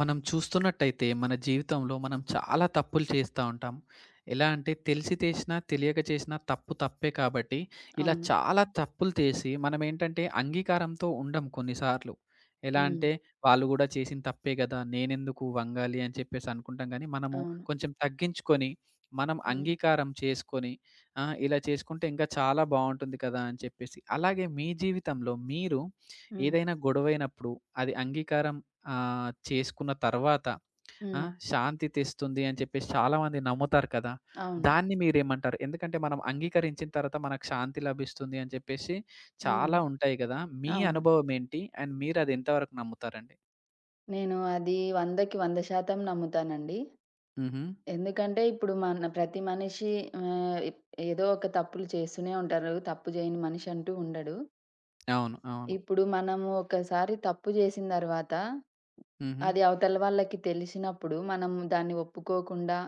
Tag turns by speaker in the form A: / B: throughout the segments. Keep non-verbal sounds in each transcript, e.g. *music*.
A: మనం చూస్తున్నట్టయితే మన జీవితంలో మనం చాలా తప్పులు చేస్తూ ఉంటాం. ఎలా అంటే తెలిసి చేసినా, తెలియక చేసినా తప్పు తప్పే కాబట్టి ఇలా
B: అవును.
A: చాలా తప్పులు చేసి మనమేంటంటే అంగీకారంతో ఉండం కొన్నిసార్లు. ఎలా
B: హ్మ్.
A: అంటే వాళ్ళు గూడా చేసిన తప్పే గదా! నేనెందుకు వంగాలి అని చెప్పేసి అనుకుంటాం గానీ, మనము
B: అవును.
A: కొంచెం తగ్గించుకొని, మనం
B: హ్మ్.
A: అంగీకారం చేసుకొని, ఆ! ఇలా చేసుకుంటే ఇంకా చాలా బావుంటుంది కదా! అని చెప్పేసి. అలాగే మీ జీవితంలో మీరు
B: హ్మ్.
A: ఏదైనా గొడవైనప్పుడు అది అంగీకారం చేసుకున్న తర్వాత ఆ!
B: హ్మ్.
A: శాంతి తెస్తుంది అని చెప్పేసి చాలామంది నమ్ముతారు కదా!
B: అవును.
A: దాన్ని మీరేమంటారు? ఎందుకంటే మనం అంగీకరించిన తర్వాత మనకు శాంతి లభిస్తుంది అని చెప్పేసి
B: హ్మ్.
A: చాలా ఉంటాయి గదా! మీ
B: అవును.
A: అనుభవం ఏంటి? అండ్ మీరది ఎంత వరకు నమ్ముతారండి?
B: నేను అది 100కి 100% నమ్ముతానండి.
A: హుహు.
B: ఎందుకంటే ఇప్పుడు మన ప్రతి మనిషి ఆహ్, ఎ ఏదో ఒక తప్పులు చేస్తూనే ఉంటారు. తప్పు చేయని మనిషి అంటూ ఉండడు.
A: అవును. అవును.
B: ఇప్పుడు మనము ఒకసారి తప్పు చేసిన తర్వాత
A: హుహు.
B: అది అవతల వాళ్ళకి తెలిసినప్పుడు మనం దాన్ని ఒప్పుకోకుండా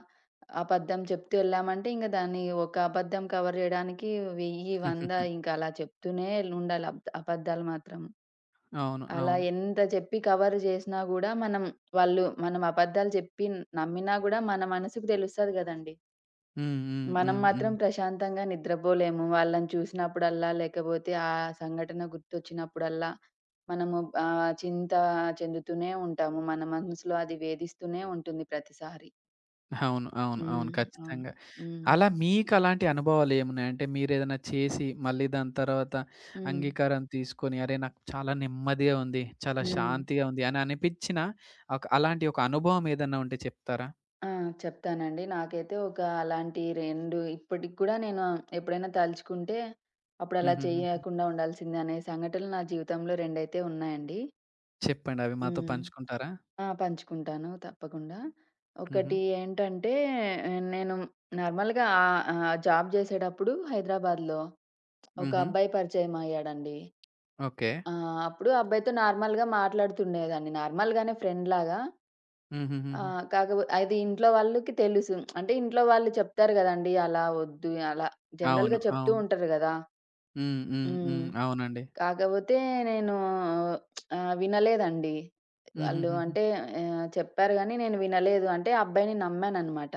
B: అబద్ధం చెప్తూ ఎళ్ళామంటే, ఇంక దాన్ని ఒక అబద్ధం కవర్ జేయడానికి 1000, 100
A: *laughs*
B: ఇంక అలా చెప్తూనే ఉండాలి అబద్ధాలు మాత్రం.
A: అవును.
B: అలా
A: అవును.
B: ఎంత చెప్పి కవర్ జేసినా గూడా మనం వాళ్ళు మనం అబద్ధాలు చెప్పి నమ్మినా గూడా మన మనసుకు తెలుస్తది గదండీ!
A: హ్మ్. హ్మ్.
B: మనం
A: హ్మ్. హ్మ్.
B: మాత్రం ప్రశాంతంగా నిద్రపోలేము. వాళ్ళని చూసినప్పుడల్లా, లేకపోతే ఆ సంఘటన గుర్తొచ్చినప్పుడల్లా మనము చింత చెందుతూనే ఉంటాము. మన మనసులో అది వేధిస్తూనే ఉంటుంది ప్రతిసారి.
A: అవును. అవును. అవును.
B: హ్మ్. అవును.
A: ఖచ్చితంగా.
B: హ్మ్.
A: అలా మీకలాంటి అనుభవాలేమున్నాయి? అంటే మీరేదైనా చేసి, మళ్ళీ దాని తర్వాత
B: హ్మ్.
A: అంగీకారం తీసుకొని, అరే! నాకు చాలా నెమ్మదిగా ఉంది, చాలా
B: హ్మ్.
A: శాంతిగా ఉంది అని అనిపిచ్చిన ఒక అలాంటి ఒక అనుభవం ఏదన్నా ఉంటే చెప్తారా?
B: ఆ! చెప్తానండి. నాకైతే ఒక అలాంటి 2 ఇప్పటికి కూడా నేను ఎప్పుడైనా తలుచుకుంటే, అప్పుడు అలా
A: హుహుహుహు.
B: చేయకుండా ఉండాల్సిందే అనే సంఘటనలు నా జీవితంలో 2 అయితే ఉన్నాయండి.
A: చెప్పండి. అవి మాతో
B: హ్మ్.
A: పంచుకుంటారా?
B: ఆ! పంచుకుంటాను తప్పకుండా.
A: హుహు.
B: ఒకటి ఏంటంటే, ఆ, నేను నార్మల్‌గా ఆహ్, ఆహ్, జాబ్ చేసేటప్పుడు హైదరాబాద్‌లో ఒక
A: హుహు.
B: అబ్బాయి పరిచయమయ్యాడండి.
A: ఓకే.
B: అప్పుడు ఆ అబ్బాయితో నార్మల్‌గా మాట్లాడుతుండేదాన్ని. నార్మల్‌గానే ఫ్రెండ్‌లాగా.
A: హుహుహుహు.
B: కాకపో అది ఇంట్లో వాళ్ళకి తెలుసు. అంటే ఇంట్లో వాళ్ళు చెప్తారు గదండీ! అలా వద్దు, అలా
A: అవును.
B: జనరల్‌గా చెప్తూ
A: అవును.
B: ఉంటారు గదా!
A: హ్మ్. హ్మ్. హ్మ్.
B: హ్మ్.
A: అవునండి.
B: కాకపోతే నేను వినలేదండి. వాళ్ళు
A: హుహుహుహు.
B: అంటే చెప్పారు గానీ నేను వినలేదు. అంటే ఆ అబ్బాయిని నమ్మాననమాట.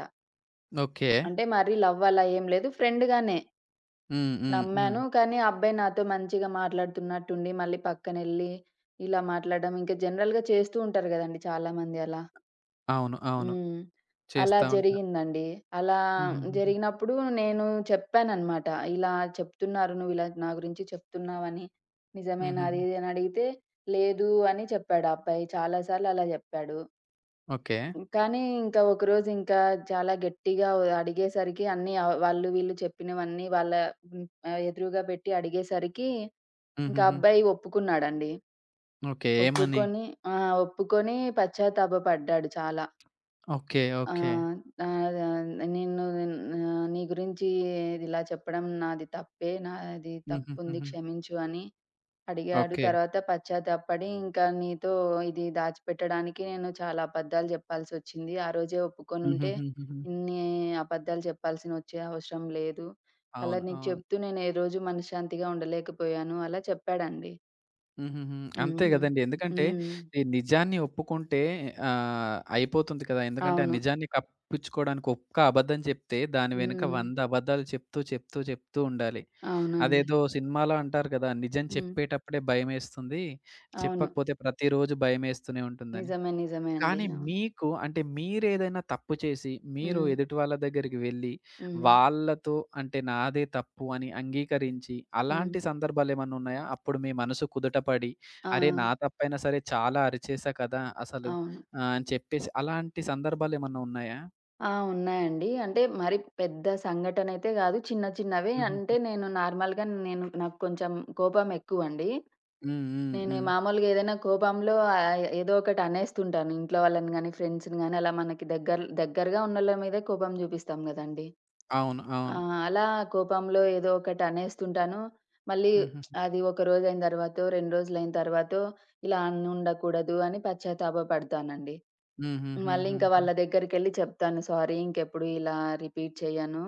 A: ఓకే.
B: అంటే మరీ లవ్ అలా ఏం లేదు. ఫ్రెండ్‌గానే.
A: హ్మ్. హ్మ్. హ్మ్.
B: నమ్మాను. కానీ, ఆ అబ్బాయి నాతో మంచిగా మాట్లాడుతున్నట్టుండి, మళ్ళీ పక్కనెళ్ళి ఇలా మాట్లాడడం, ఇంకా జనరల్‌గా చేస్తూ ఉంటారు గదండీ చాలామంది అలా.
A: అవును. అవును.
B: హ్మ్. అలా
A: చేస్తా ఉంటారు.
B: జరిగిందండి. అలా
A: హుహుహుహు.
B: జరిగినప్పుడు నేను చెప్పాననమాట. ఇలా చెప్తున్నారు, నువ్విలా నా గురించి చెప్తున్నావని. నిజమేనా అది,
A: హుహుహు.
B: ఇది అని అడిగితే, లేదు అని చెప్పాడు ఆ అబ్బాయి. చాలా సార్లు అలా జెప్పాడు.
A: ఓకే.
B: కానీ ఇంకా ఒకరోజు ఇంకా చాలా గట్టిగా అడిగేసరికి అన్నీ వాళ్ళు వీళ్ళు చెప్పినవన్నీ వాళ్ళ ఎదురుగా పెట్టి అడిగేసరికి ఇంకా
A: హుహుహు.
B: అబ్బాయి ఒప్పుకున్నాడండి.
A: ఓకే. ఏమని?
B: ఒప్పుకొని ఆ! ఒప్పుకొని పశ్చాత్తాపపడ్డాడు చాలా.
A: ఓకే. ఓకే.
B: ఆహ్, ఆహ్, నిన్ను నీ గురించి ఇలా చెప్పడం నాది తప్పే. నాది తప్పుంది
A: హుహుహుహు.
B: క్షమించు అని అడిగాడు.
A: ఓకే.
B: తర్వాత పశ్చాత్తాపపడి, ఇంకా నీతో ఇది దాచిపెట్టడానికి నేను చాలా అబద్ధాలు జెప్పాల్సొచ్చింది. ఆ రోజే ఒప్పుకొనుంటే
A: హుహుహుహుహు.
B: ఇన్ని అబద్ధాలు జెప్పాల్సినొచ్చే అవసరం లేదు. అలా
A: అవును.
B: నీకు
A: అవును.
B: చెప్తూ నేను ఏ రోజు మనశ్శాంతిగా ఉండలేకపోయాను. అలా చెప్పాడండి.
A: హుహుహు. అంతే
B: హ్మ్.
A: గదండీ. ఎందుకంటే
B: హ్మ్.
A: ఈ నిజాన్ని ఒప్పుకుంటే అయిపోతుంది కదా! ఎందుకంటే ఆ
B: అవును.
A: నిజాన్ని కప్పిచ్చుకోవడానికి ఒక్క అబద్ధం చెప్తే దాని వెనుక
B: హ్మ్.
A: 100 అబద్ధాలు చెప్తూ, చెప్తూ, చెప్తూ ఉండాలి.
B: అవునండి.
A: అదేదో సినిమాలో అంటారు గదా! నిజం
B: హ్మ్.
A: చెప్పేటప్పుడే భయమేస్తుంది.
B: అవును.
A: చెప్పకపోతే ప్రతిరోజు భయమేస్తూనే ఉంటుందని.
B: నిజమే. నిజమే అండి.
A: కానీ
B: అవును.
A: మీకు అంటే మీరేదైనా తప్పు చేసి, మీరు
B: హ్మ్.
A: ఎదుటి వాళ్ళ దగ్గరికి వెళ్లి,
B: హ్మ్.
A: వాళ్ళతో అంటే నాదే తప్పు అని అంగీకరించి,
B: హ్మ్.
A: అలాంటి సందర్భాలేమన్నా ఉన్నాయా? అప్పుడు మీ మనసు కుదుటపడి,
B: ఆ!
A: అరే! నా తప్పైనా సరే చాలా అరిచేసా కదా! అసలు
B: అవును.
A: అని చెప్పేసి అలాంటి సందర్భాలేమన్నా ఉన్నాయా?
B: ఆ! ఉన్నాయండి. అంటే మరి పెద్ద సంఘటనైతే గాదు. చిన్న చిన్నవే
A: హుహుహు.
B: అంటే నేను నార్మల్‌గా నేను నాకు కొంచెం కోపం ఎక్కువండి.
A: హ్మ్. హ్మ్.
B: నేను
A: హ్మ్.
B: మామూలుగా ఏదైనా కోపంలో ఏదో ఒకటి అనేస్తుంటాను. ఇంట్లో వాళ్ళని గానీ, ఫ్రెండ్స్‌ని గానీ అలా మనకి దగ్గర దగ్గరగా ఉన్నోళ్ళ మీదే కోపం జూపిస్తాం గదండీ!
A: అవును.
B: ఆ!
A: అవును.
B: అలా కోపంలో ఏదో ఒకటి అనేస్తుంటాను. మళ్ళీ
A: హుహుహు.
B: అది ఒక రోజైన తర్వాతో, 2 రోజులైన తర్వాతో ఇలా అనుండకూడదు అని పశ్చాత్తాపపడతానండి. మళ్ళీ ఇంకా
A: హుహుహుహుహు.
B: వాళ్ళ దగ్గరికెళ్ళి చెప్తాను. సారీ ఇంకెప్పుడు ఇలా రిపీట్ చెయ్యను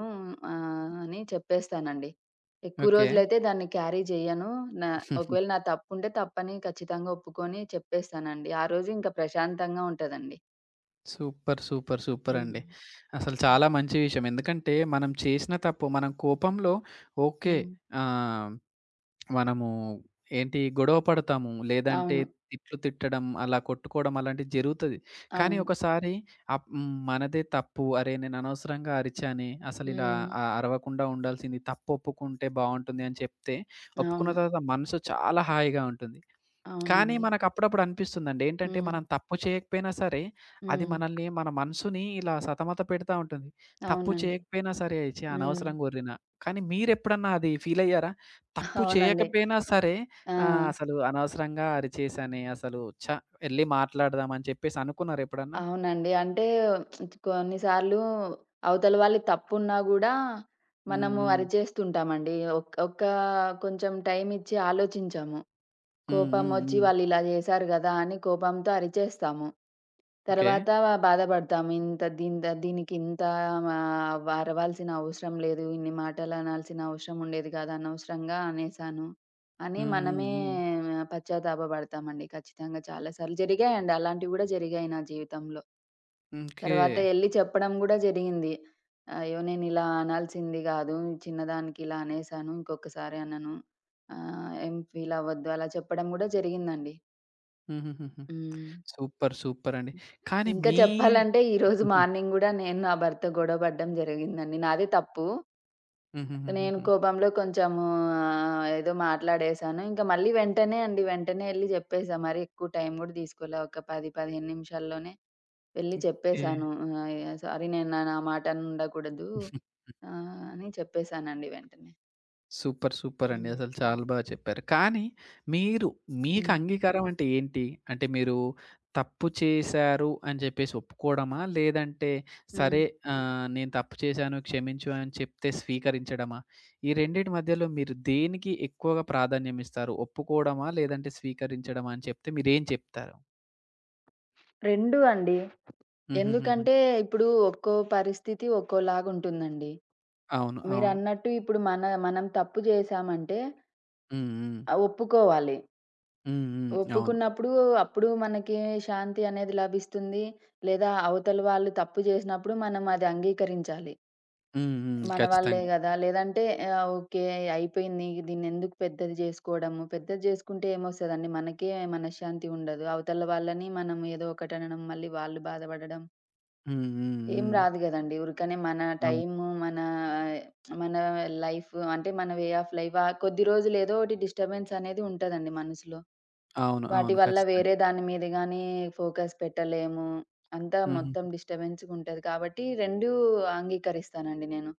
B: అని చెప్పేస్తానండి. ఎక్కువ
A: ఓకే.
B: రోజులైతే దాన్ని క్యారీ జెయ్యను. నా ఒకవేళ నా తప్పుంటే తప్పని ఖచ్చితంగా ఒప్పుకొని చెప్పేస్తానండి. ఆ రోజు ఇంకా ప్రశాంతంగా ఉంటదండి.
A: సూపర్. సూపర్.
B: హ్మ్.
A: సూపరండి. అసలు
B: హ్మ్.
A: చాలా మంచి విషయం. ఎందుకంటే మనం చేసిన తప్పు మనం కోపంలో ఓకే.
B: హ్మ్.
A: ఆహ్, మనము ఏంటి గొడవ పడతాము. లేదంటే
B: అవును.
A: తిట్లు తిట్టడం, అలా కొట్టుకోవడం అలాంటివి జరుగుతది. కానీ
B: అవును.
A: ఒకసారి అప్ హ్మ్. మనదే తప్పు. అరే! నేను అనవసరంగా అరిచానే. అసలు ఇలా
B: హ్మ్.
A: అ అరవకుండా ఉండాల్సింది. తప్పు ఒప్పుకుంటే బావుంటుంది అని చెప్తే, ఒప్పుకున్న
B: అవును.
A: తర్వాత మనసు చాలా హాయిగా ఉంటుంది. కానీ
B: అవునండి.
A: మనకప్పుడప్పుడు అనిపిస్తుందండి. ఏంటంటే,
B: హ్మ్.
A: మనం తప్పు చేయకపోయినా సరే, అది
B: హ్మ్.
A: మనల్ని మన మనసుని ఇలా సతమత పెడతా ఉంటుంది. తప్పు
B: అవునండి.
A: చేయకపోయినా సరే, ఛీ!
B: హ్మ్.
A: అనవసరంగా ఒర్రినా. కానీ మీరెప్పుడన్నా అది ఫీలయ్యారా? తప్పు
B: *laughs* అవునండి.
A: చేయకపోయినా సరే,
B: ఆ!
A: అసలు అనవసరంగా అరిచేశానే, అసలు ఛ! ఎళ్లి మాట్లాడదాం అని చెప్పేసి అనుకున్నారా ఎప్పుడన్నా?
B: అవునండి. అంటే కొన్ని సార్లు అవతల వాళ్ళది తప్పున్నా గూడా
A: హ్మ్.
B: మనము
A: హ్మ్.
B: అరిచేస్తుంటామండి. ఒక్క కొంచెం టైం ఇచ్చి ఆలోచించము.
A: హ్మ్. హ్మ్.
B: కోపమొచ్చి
A: హ్మ్.
B: వాళ్ళు ఇలా జేశారు గదా! అని కోపంతో అరిచేస్తాము.
A: ఓకే.
B: తర్వాత బాధపడతాము. ఇంత దీంత దీనికింత అరవాల్సిన అవసరం లేదు. ఇన్ని మాటలు అనాల్సిన అవసరం ఉండేది కాదు. అనవసరంగా అనేసాను అని
A: హ్మ్. హ్మ్.
B: మనమే
A: హ్మ్.
B: పశ్చాత్తాప పడతామండి ఖచ్చితంగా చాలా సార్లు. జరిగాయండి అలాంటివి గూడా జరిగాయి నా జీవితంలో.
A: ఓకే.
B: తర్వాత ఎళ్లి చెప్పడం గూడా జరిగింది. అయ్యో! నేనిలా అనాల్సింది గాదు. చిన్నదానికి ఇలా అనేసాను. ఇంకొకసారి అనను. ఏం ఫీల్ అవ్వద్దు అలా చెప్పడం గూడా జరిగిందండి.
A: హుహుహుహు.
B: హ్మ్.
A: సూపర్. సూపర్ అండి. కానీ
B: ఇంకా
A: మీ
B: చెప్పాలంటే ఈరోజు
A: హుహు.
B: మార్నింగ్ గూడా నేను, నా భర్త గొడవ పడడం జరిగిందండి. నాదే తప్పు. నేను
A: హుహుహుహుహు.
B: కోపంలో కొంచెము ఏదో మాట్లాడేశాను. ఇంక మళ్ళీ వెంటనే అండి, వెంటనే ఎళ్లి జెప్పేసా. మరి ఎక్కువ టైం గూడా తీసుకోలే. ఒక 10, 15 నిమిషాల్లోనే వెళ్లి
A: ఓకే.
B: చెప్పేశాను. సారీ నేను నా నా మాట అనను ఉండకూడదు. ఆ! అని చెప్పేసానండి వెంటనే.
A: సూపర్! సూపర్ అండి.
B: హ్మ్.
A: అసలు చాలా బాగా చెప్పారు. కానీ మీరు మీకు
B: హ్మ్.
A: అంగీకారం అంటే ఏంటి? అంటే మీరు తప్పు చేశారు అని చెప్పేసి ఒప్పుకోవడమా? లేదంటే
B: హ్మ్.
A: సరే నేను తప్పు చేశాను క్షమించు అని చెప్తే స్వీకరించడమా? ఈ రెండిటి మధ్యలో మీరు దేనికి ఎక్కువగా ప్రాధాన్యం ఇస్తారు? ఒప్పుకోవడమా? లేదంటే స్వీకరించడమా? అని చెప్తే మీరేం చెప్తారు?
B: 2 అండి.
A: హుహుహుహు.
B: ఎందుకంటే ఇప్పుడు ఒక్కో పరిస్థితి ఒక్కోలాగుంటుందండి.
A: అవును. అవును.
B: మీరన్నట్టు ఇప్పుడు మనం తప్పు చేశామంటే
A: హ్మ్. హ్మ్.
B: ఒప్పుకోవాలి.
A: హ్మ్. హ్మ్. అవును.
B: ఒప్పుకున్నప్పుడు అప్పుడు మనకి శాంతి అనేది లభిస్తుంది. లేదా అవతల వాళ్ళు తప్పు చేసినప్పుడు మనం అది అంగీకరించాలి.
A: హ్మ్. హ్మ్.
B: మన వాళ్ళే
A: ఖచ్చితంగా.
B: గదా! లేదంటే ఓకే. అయిపోయింది. దీన్నెందుకు పెద్దది జేసుకోవడము. పెద్దది జేసుకుంటే ఏమొస్తదండి? మనకే మనశ్శాంతి ఉండదు. అవతల వాళ్ళని మనం ఏదో ఒకటనడం, మళ్ళీ వాళ్ళు బాధపడడం
A: హ్మ్. హ్మ్.
B: ఏం
A: హ్మ్.
B: రాదు గదండీ. ఊరికనే మన
A: అవును.
B: టైము, మన మన లైఫ్ అంటే మన వే ఆఫ్ లైఫ్ కొద్ది రోజులు ఏదో ఒకటి డిస్టర్బెన్స్ అనేది ఉంటదండి మనసులో.
A: అవును.
B: వాటి
A: అవును.
B: వల్ల
A: ఖచ్చితంగా.
B: వేరే దాని మీద గానీ ఫోకస్ పెట్టలేము. అంతా
A: హుహు.
B: మొత్తం డిస్టర్బెన్స్‌గుంటది. కాబట్టి 2 అంగీకరిస్తానండి నేను.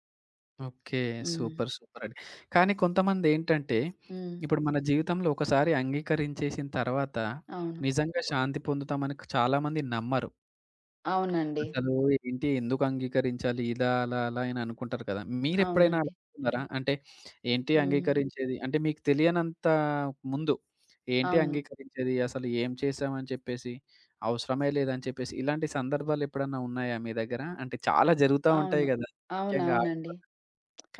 A: ఓకే.
B: హ్మ్.
A: సూపర్. సూపర్ అండి. కానీ కొంతమందేంటంటే,
B: హ్మ్.
A: ఇప్పుడు మన జీవితంలో ఒకసారి అంగీకరించేసిన తర్వాత,
B: అవును.
A: నిజంగా శాంతి పొందుతామని క్ చాలామంది నమ్మరు.
B: అవునండి.
A: అసలు ఏంటి ఎందుకు అంగీకరించాలి ఇలా, అలా, అలా అని అనుకుంటారు కదా! మీరెప్పుడైనా అలా
B: అవునండి.
A: అనుకున్నారా? అంటే ఏంటి
B: హ్మ్.
A: అంగీకరించేది? అంటే మీకు తెలియనంత ముందు, ఏంటి
B: అవును.
A: అంగీకరించేది? అసలు ఏం చేశామని చెప్పేసి, అవసరమే లేదని చెప్పేసి, ఇలాంటి సందర్భాలెప్పుడన్నా ఉన్నాయా మీ దగ్గర? అంటే చాలా జరుగుతా ఉంటాయి
B: అవును.
A: గదా! ముఖ్యంగా
B: అవునవునండి.
A: ఆడవాళ్ళు.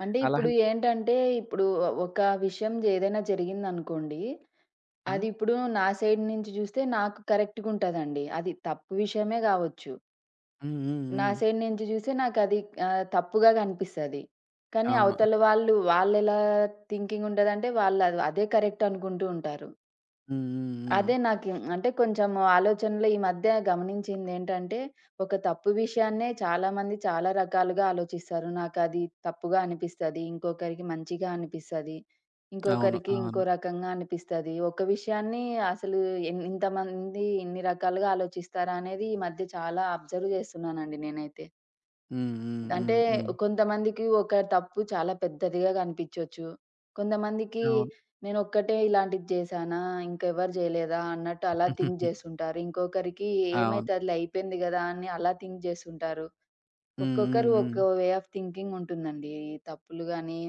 B: అంటే ఇప్పుడు
A: అలాంటి
B: ఏంటంటే, ఇప్పుడు ఒక విషయం ఏదైనా జరిగిందనుకోండి,
A: హ్మ్.
B: అది ఇప్పుడు నా సైడ్ నుంచి చూస్తే నాకు కరెక్ట్‌గుంటదండి. అది తప్పు విషయమే గావచ్చు.
A: హ్మ్. హ్మ్.
B: నా
A: హ్మ్.
B: సైడ్ నుంచి చూస్తే నాకది తప్పుగా కనిపిస్తది. కానీ
A: అవును.
B: అవతల వాళ్ళు వాళ్ళెలా థింకింగ్ ఉంటదంటే, వాళ్ళది అదే కరెక్ట్ అనుకుంటూ ఉంటారు.
A: హ్మ్. హ్మ్. హ్మ్.
B: అదే నాకి అంటే కొంచెం ఆలోచనలో ఈ మధ్య గమనించిందేంటంటే, ఒక తప్పు విషయాన్నే చాలామంది చాలా రకాలుగా ఆలోచిస్తారు. నాకది తప్పుగా అనిపిస్తది. ఇంకొకరికి మంచిగా అనిపిస్తది.
A: అవును.
B: ఇంకొకరికి
A: అవును.
B: ఇంకో రకంగా అనిపిస్తది. ఒక విషయాన్ని అసలు ఇంతమంది ఇన్ని రకాలుగా ఆలోచిస్తారా అనేది ఈ మధ్య చాలా అబ్జర్వ్ చేస్తున్నానండి నేనైతే.
A: హ్మ్. హ్మ్.
B: అంటే
A: హ్మ్. హ్మ్.
B: కొంతమందికి ఒక తప్పు చాలా పెద్దదిగా కనిపించొచ్చు. కొంతమందికి
A: అవును.
B: నేనొక్కటే ఇలాంటిది చేశానా? ఇంకెవరు చేయలేదా? అన్నట్టు అలా థింక్
A: *laughs*
B: జేసుంటారు. ఇంకొకరికి
A: అవును.
B: ఏమైతదిలే అయిపోయింది గదా! అని అలా థింక్ జేసుంటారు.
A: హ్మ్. హ్మ్.
B: ఒక్కొక్కరు
A: హ్మ్.
B: ఒక్కో వే ఆఫ్ థింకింగ్ ఉంటుందండి. ఈ తప్పులు గాని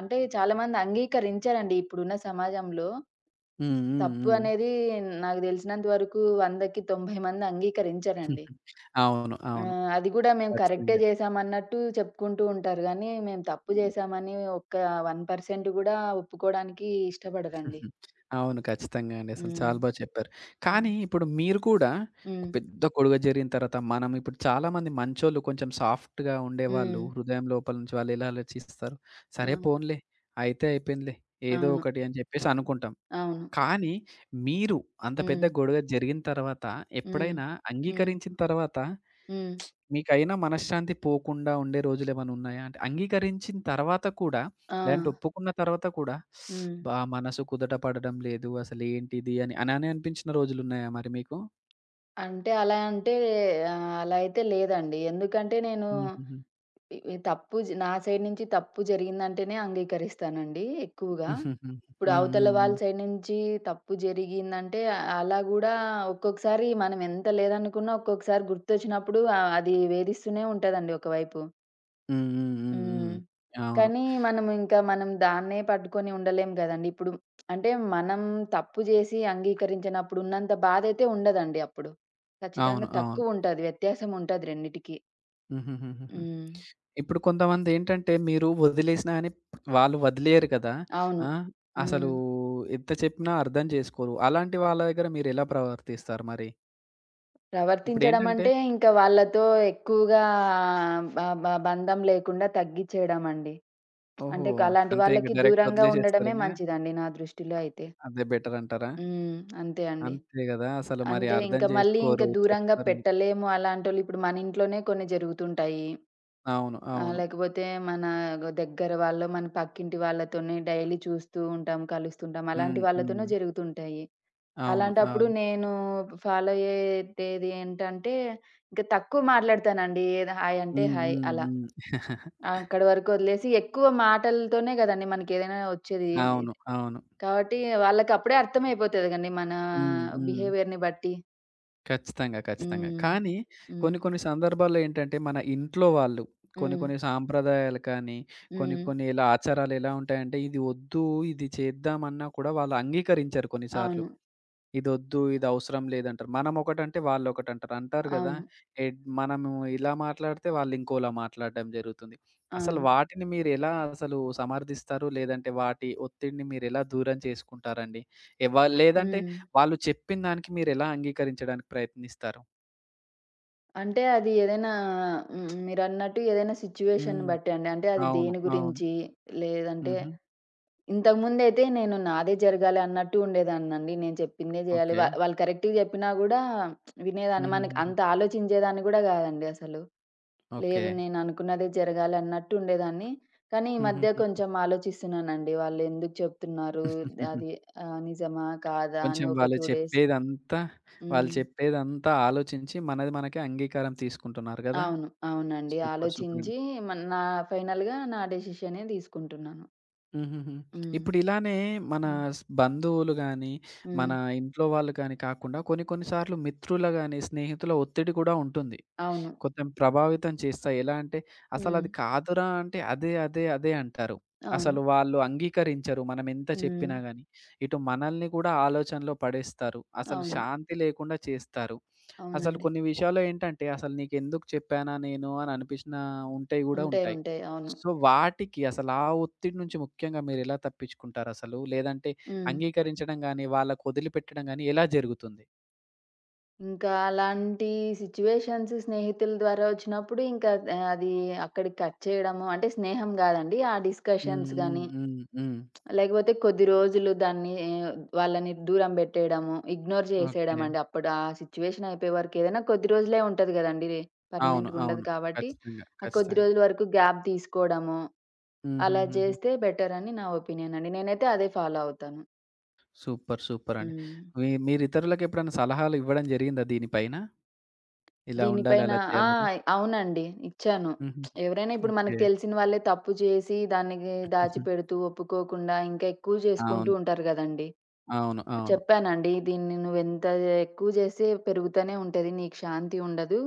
B: అంటే చాలామంది అంగీకరించరండి. ఇప్పుడున్న సమాజంలో
A: హ్మ్.
B: తప్పు
A: హ్మ్.
B: అనేది నాకు దెలిసినంత వరకు 100కి 90 మంది
A: హ్మ్.
B: అంగీకరించరండి.
A: *laughs* అవును.
B: ఆ!
A: అవును.
B: అది గూడా మేము కరెక్టే
A: ఖచ్చితంగా.
B: జేశామన్నట్టు చెప్పుకుంటూ ఉంటారు గానీ, మేము తప్పు జేశామని ఒక్క 1% గూడా ఒప్పుకోడానికి ఇష్టపడరండి.
A: *laughs* అవును. ఖచ్చితంగా అండి. అసలు
B: హ్మ్.
A: చాలా బా చెప్పారు.
B: హ్మ్.
A: కానీ ఇప్పుడు మీరు కూడా ఒక
B: హ్మ్.
A: పెద్ద గొడవ జరిగిన తర్వాత మనం ఇప్పుడు చాలామంది మంచోళ్ళు కొంచెం సాఫ్ట్‌గా ఉండేవాళ్ళు.
B: హ్మ్.
A: హృదయం లోపల నుంచి వాళ్ళు ఎలా ఆలోచిస్తారు?
B: ఆ!
A: సరే పోనిలే అయితే అయిపోయిందిలే ఏదో
B: అవును.
A: ఒకటి అని చెప్పేసి అనుకుంటాం.
B: అవును.
A: కానీ మీరు అంత పెద్ద
B: హ్మ్.
A: గొడవ జరిగిన తర్వాత
B: హ్మ్.
A: ఎప్పుడైనా
B: హ్మ్.
A: అంగీకరించిన తర్వాత
B: హ్మ్.
A: మీకైనా మనశ్శాంతి పోకుండా ఉండే రోజులేమైనా ఉన్నాయా? అంటే అంగీకరించిన తర్వాత కూడా
B: ఆ!
A: లేదంటే ఒప్పుకున్న తర్వాత కూడా
B: హ్మ్.
A: "అబ్బా! మనసు కుదుట పడడం లేదు. అసలేంటిది" అని అలానే అనిపించిన రోజులున్నాయా మరి మీకు?
B: అంటే అలా అంటే అలా అయితే లేదండి. ఎందుకంటే నేను
A: హుహుహు.
B: ఈ తప్పు జ నా సైడ్ నుంచి తప్పు జరిగిందంటేనే అంగీకరిస్తానండి ఎక్కువగా.
A: హుహుహు.
B: ఇప్పుడు
A: హ్మ్. హ్మ్.
B: అవతల వాళ్ళ
A: హ్మ్.
B: సైడ్ నుంచి తప్పు జరిగిందంటే అలా గూడా ఒక్కొక్కసారి మనం ఎంత లేదనుకున్నా ఒక్కొక్కసారి గుర్తొచ్చినప్పుడు అది వేధిస్తూనే ఉంటదండి ఒకవైపు.
A: హ్మ్. హ్మ్. హ్మ్.
B: హ్మ్.
A: హ్మ్. అవును.
B: కానీ మనం దాన్నే పట్టుకొని ఉండలేం గదండీ! ఇప్పుడు అంటే మనం తప్పు జేసి అంగీకరించినప్పుడు ఉన్నంత బాధైతే ఉండదండి అప్పుడు.
A: అవును.
B: ఖచ్చితంగా
A: అవును.
B: తక్కువుంటది. వ్యత్యాసం ఉంటది రెండిటికి.
A: హుహుహుహుహు.
B: హ్మ్.
A: ఇప్పుడు కొంతమందేంటంటే మీరు వదిలేసినా అని వాళ్ళు వదిలేయరు కదా!
B: అవును.
A: ఆ! అసలు
B: హ్మ్.
A: ఎంత చెప్పినా అర్థం చేసుకోరు. అలాంటి వాళ్ళ దగ్గర మీరెలా ప్రవర్తిస్తారు మరి?
B: ప్రవర్తించడం
A: ఇప్పుడేంటంటే
B: అంటే, ఇంకా వాళ్ళతో ఎక్కువగా బ బ బంధం లేకుండా తగ్గిచ్చేయడం అండి.
A: ఓహో!
B: అంటే అలాంటి
A: అంతే ఇంక
B: వాళ్ళకి
A: డైరెక్ట్
B: దూరంగా
A: వదిలేసేస్తారు
B: ఉండడమే
A: ఇంగ.
B: మంచిదండి నా దృష్టిలో అయితే.
A: అదే బెటర్ అంటారా?
B: హ్మ్. అంతే అండి.
A: అంతే గదా! అసలు మరి
B: అంటే
A: అర్థం
B: ఇంక
A: చేసుకోరు,
B: దూరంగా
A: చెప్పరు.
B: పెట్టలేము అలాంటోళ్ళు. ఇప్పుడు మన ఇంట్లోనే కొన్ని జరుగుతుంటాయి.
A: అవును. అవును.
B: లేకపోతే మన దగ్గర వాళ్ళో, మన పక్కింటి వాళ్ళతోనే డైలీ చూస్తూ ఉంటాం, కలుస్తుంటాం. అలాంటి
A: హ్మ్.
B: వాళ్ళతోనే
A: హ్మ్.
B: జరుగుతుంటాయి.
A: అవును.
B: అలాంటప్పుడు
A: అవును.
B: నేను ఫాలో అయ్యేది ఏంటంటే, ఇంక తక్కువ మాట్లాడతానండి. ఏదో హాయ్ అంటే
A: హ్మ్.
B: హాయ్
A: హ్మ్.
B: అలా.
A: హ్మ్. *laughs*
B: అక్కడి వరకు వదిలేసి ఎక్కువ మాటలతోనే గదండీ మనకేదైనా వచ్చేది.
A: అవును. అవును.
B: కాబట్టి వాళ్ళకప్పుడే అర్థమైపోతది గండి మన
A: హ్మ్. హ్మ్.
B: బిహేవియర్‌ని బట్టి.
A: ఖచ్చితంగా. ఖచ్చితంగా.
B: హ్మ్.
A: కానీ కొన్ని
B: హ్మ్.
A: కొన్ని సందర్భాల్లో ఏంటంటే మన ఇంట్లో వాళ్ళు కొన్ని
B: హ్మ్.
A: కొన్ని సాంప్రదాయాలు కానీ, కొన్ని
B: హ్మ్.
A: కొన్ని ఇలా ఆచారాలు ఎలా ఉంటాయంటే ఇది వద్దు, ఇది చేద్దామన్నా కూడా వాళ్ళు అంగీకరించరు కొన్నిసార్లు.
B: అవును.
A: ఇదొద్దు, ఇదవసరం లేదంటారు. మనమొకటంటే వాళ్ళొకటంటారు. అంటారు గదా!
B: అవును.
A: ఎడ్ మనము ఇలా మాట్లాడితే వాళ్ళింకోలా మాట్లాడడం జరుగుతుంది. అసలు
B: అవును.
A: వాటిని మీరెలా అసలు సమర్థిస్తారు? లేదంటే వాటి ఒత్తిడిని మీరెలా దూరం చేసుకుంటారండి? ఎవ్వ లేదంటే
B: హ్మ్.
A: వాళ్ళు చెప్పిన దానికి మీరెలా అంగీకరించడానికి ప్రయత్నిస్తారు?
B: అంటే అది ఏదైనా హ్మ్. మీరన్నట్టు ఏదైనా సిట్యుయేషన్‌ని
A: హ్మ్.
B: బట్టి అండి. అంటే అది
A: అవును.
B: దేని
A: అవును.
B: గురించి లేదంటే
A: హుహు.
B: ఇంతకుముందయితే నేను నాదే జరగాలి అన్నట్టు ఉండేదాన్నండి. నేను చెప్పిందే జేయాలి.
A: ఓకే.
B: వాళ్ళు కరెక్ట్‌గా జెప్పినా గూడా వినేదాన్ని. మనకి
A: హుహుహుహు.
B: అంత ఆలోచించేదాన్ని గూడా గాదండి అసలు.
A: ఓకే.
B: లేదు నేను అనుకున్నదే జరగాలి అన్నట్టు ఉండేదాన్ని. కానీ ఈ మధ్య
A: హుహుహు.
B: కొంచెం ఆలోచిస్తున్నానండి. వాళ్ళు ఎందుకు చెప్తున్నారు? అది నిజమా? కాదా? అని
A: కొంచెం
B: ఒక
A: వాళ్ళు
B: 2 డేస్
A: చెప్పేదంతా, వాళ్ళు
B: హ్మ్.
A: చెప్పేదంతా ఆలోచించి మనది మనకే అంగీకారం తీసుకుంటున్నారు గదా!
B: అవును. అవునండి.
A: సూపర్. సూపరండి.
B: ఆలోచించి నా ఫైనల్‌గా నా డెసిషనే తీసుకుంటున్నాను.
A: హుహుహు.
B: హ్మ్.
A: ఇప్పుడిలానే మన
B: హ్మ్.
A: స్ బంధువులు గానీ, మన
B: హ్మ్.
A: ఇంట్లో వాళ్ళు కానీ కాకుండా కొన్ని కొన్ని సార్లు మిత్రుల గానీ, స్నేహితుల ఒత్తిడి కూడా ఉంటుంది.
B: అవును.
A: కొంచెం ప్రభావితం చేస్తాయి. ఎలా అంటే
B: హ్మ్.
A: అసలది కాదురా! అంటే అదే, అదే, అదే అంటారు.
B: అవును.
A: అసలు వాళ్ళు అంగీకరించరు. మనం ఎంత
B: హ్మ్.
A: చెప్పినా గాని. ఇటు మనల్ని కూడా ఆలోచనలో పడేస్తారు. అసలు
B: అవును.
A: శాంతి లేకుండా చేస్తారు. అసలు
B: అవునండి.
A: కొన్ని విషయాల్లో ఏంటంటే అసలు నీకెందుకు చెప్పానా నేను అని అనిపించిన ఉంటాయి గూడా
B: ఉంటాయి.
A: ఉంటాయి.
B: ఉంటాయి. అవును.
A: సో, వాటికి అసలు ఆ ఒత్తిడి నుంచి ముఖ్యంగా మీరెలా తప్పించుకుంటారసలు? లేదంటే
B: హ్మ్.
A: అంగీకరించడం గాని, వాళ్ళకి వదిలిపెట్టడం గాని ఎలా జరుగుతుంది?
B: ఇంకా అలాంటి సిట్యుయేషన్స్ స్నేహితుల ద్వారా వచ్చినప్పుడు ఇంకా అది అక్కడికి కట్ చేయడము అంటే స్నేహం గాదండి. ఆ
A: హ్మ్.
B: డిస్కషన్స్
A: హ్మ్.
B: గాని,
A: హ్మ్. హ్మ్.
B: లేకపోతే కొద్ది రోజులు దాన్ని వాళ్ళని దూరం బెట్టేయడము, ఇగ్నోర్ చేసేయడం
A: ఓకే.
B: అండి. అప్పుడు ఆ సిట్యుయేషన్ అయిపోయే వరకు ఏదైనా కొద్ది రోజులే ఉంటది గదండీ!
A: అవును.
B: పర్మనెంట్‌గా ఉండదు
A: అవును.
B: కాబట్టి,
A: ఖచ్చితంగా.
B: ఆ కొద్ది
A: ఖచ్చితంగా.
B: రోజుల వరకు గ్యాప్ తీసుకోవడము, అలా
A: హుహుహుహు.
B: జేస్తే బెటర్ అని నా ఒపీనియన్ అండి. నేనైతే అదే ఫాలో అవుతాను.
A: సూపర్. సూపర్ అండి.
B: హ్మ్.
A: మీ మీరు ఇతరులకు ఎప్పుడైనా సలహాలు ఇవ్వడం జరిగిందా దీనిపైన? ఇలా
B: దీని
A: ఉండాలి,
B: పైన
A: అలా
B: ఆ!
A: చేయాలని?
B: అవునండి. ఇచ్చాను.
A: హుహుహు.
B: ఎవరైనా ఇప్పుడు మనకు
A: ఓకే.
B: తెలిసిన వాళ్ళే తప్పు చేసి దానికి
A: హుహు.
B: దాచిపెడుతూ, ఒప్పుకోకుండా ఇంకా ఎక్కువ చేసుకుంటూ
A: అవును.
B: ఉంటారు గదండీ!
A: అవును. అవును.
B: చెప్పానండి. దీన్ని నువ్వెంత ఎక్కువ చేసి పెరుగుతూనే ఉంటది. నీకు శాంతి ఉండదు.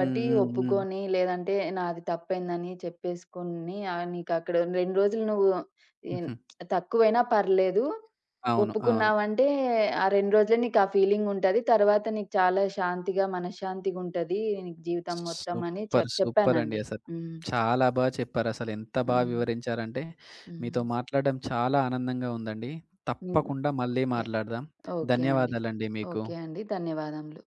A: హ్మ్. హ్మ్. హ్మ్.
B: ఒప్పుకొని లేదంటే నాది తప్పయిందని చెప్పేసుకొని నీకక్కడ 2 రోజులు నువ్వు ఎన్
A: హుహు.
B: తక్కువైనా పర్లేదు.
A: అవును. అవును.
B: ఒప్పుకున్నావంటే ఆ 2 రోజులే నీకు ఆ ఫీలింగ్ ఉంటది. తర్వాత నీకు చాలా శాంతిగా, మనశ్శాంతిగా ఉంటది. నీకు జీవితం మొత్తం అని
A: సూపర్. సూపర్ అండి
B: చెప్పానండి.
A: అసలు.
B: హ్మ్.
A: చాలా బా చెప్పారసలు. ఎంత బా
B: హ్మ్.
A: వివరించారంటే, మీతో
B: హ్మ్.
A: మాట్లాడడం చాలా ఆనందంగా ఉందండి.
B: హ్మ్.
A: తప్పకుండా మళ్ళీ
B: ఓకే.
A: మాట్లాడదాం.
B: ఓకే అండి.
A: ధన్యవాదాలండి మీకు.
B: ఓకే అండి. ధన్యవాదములు.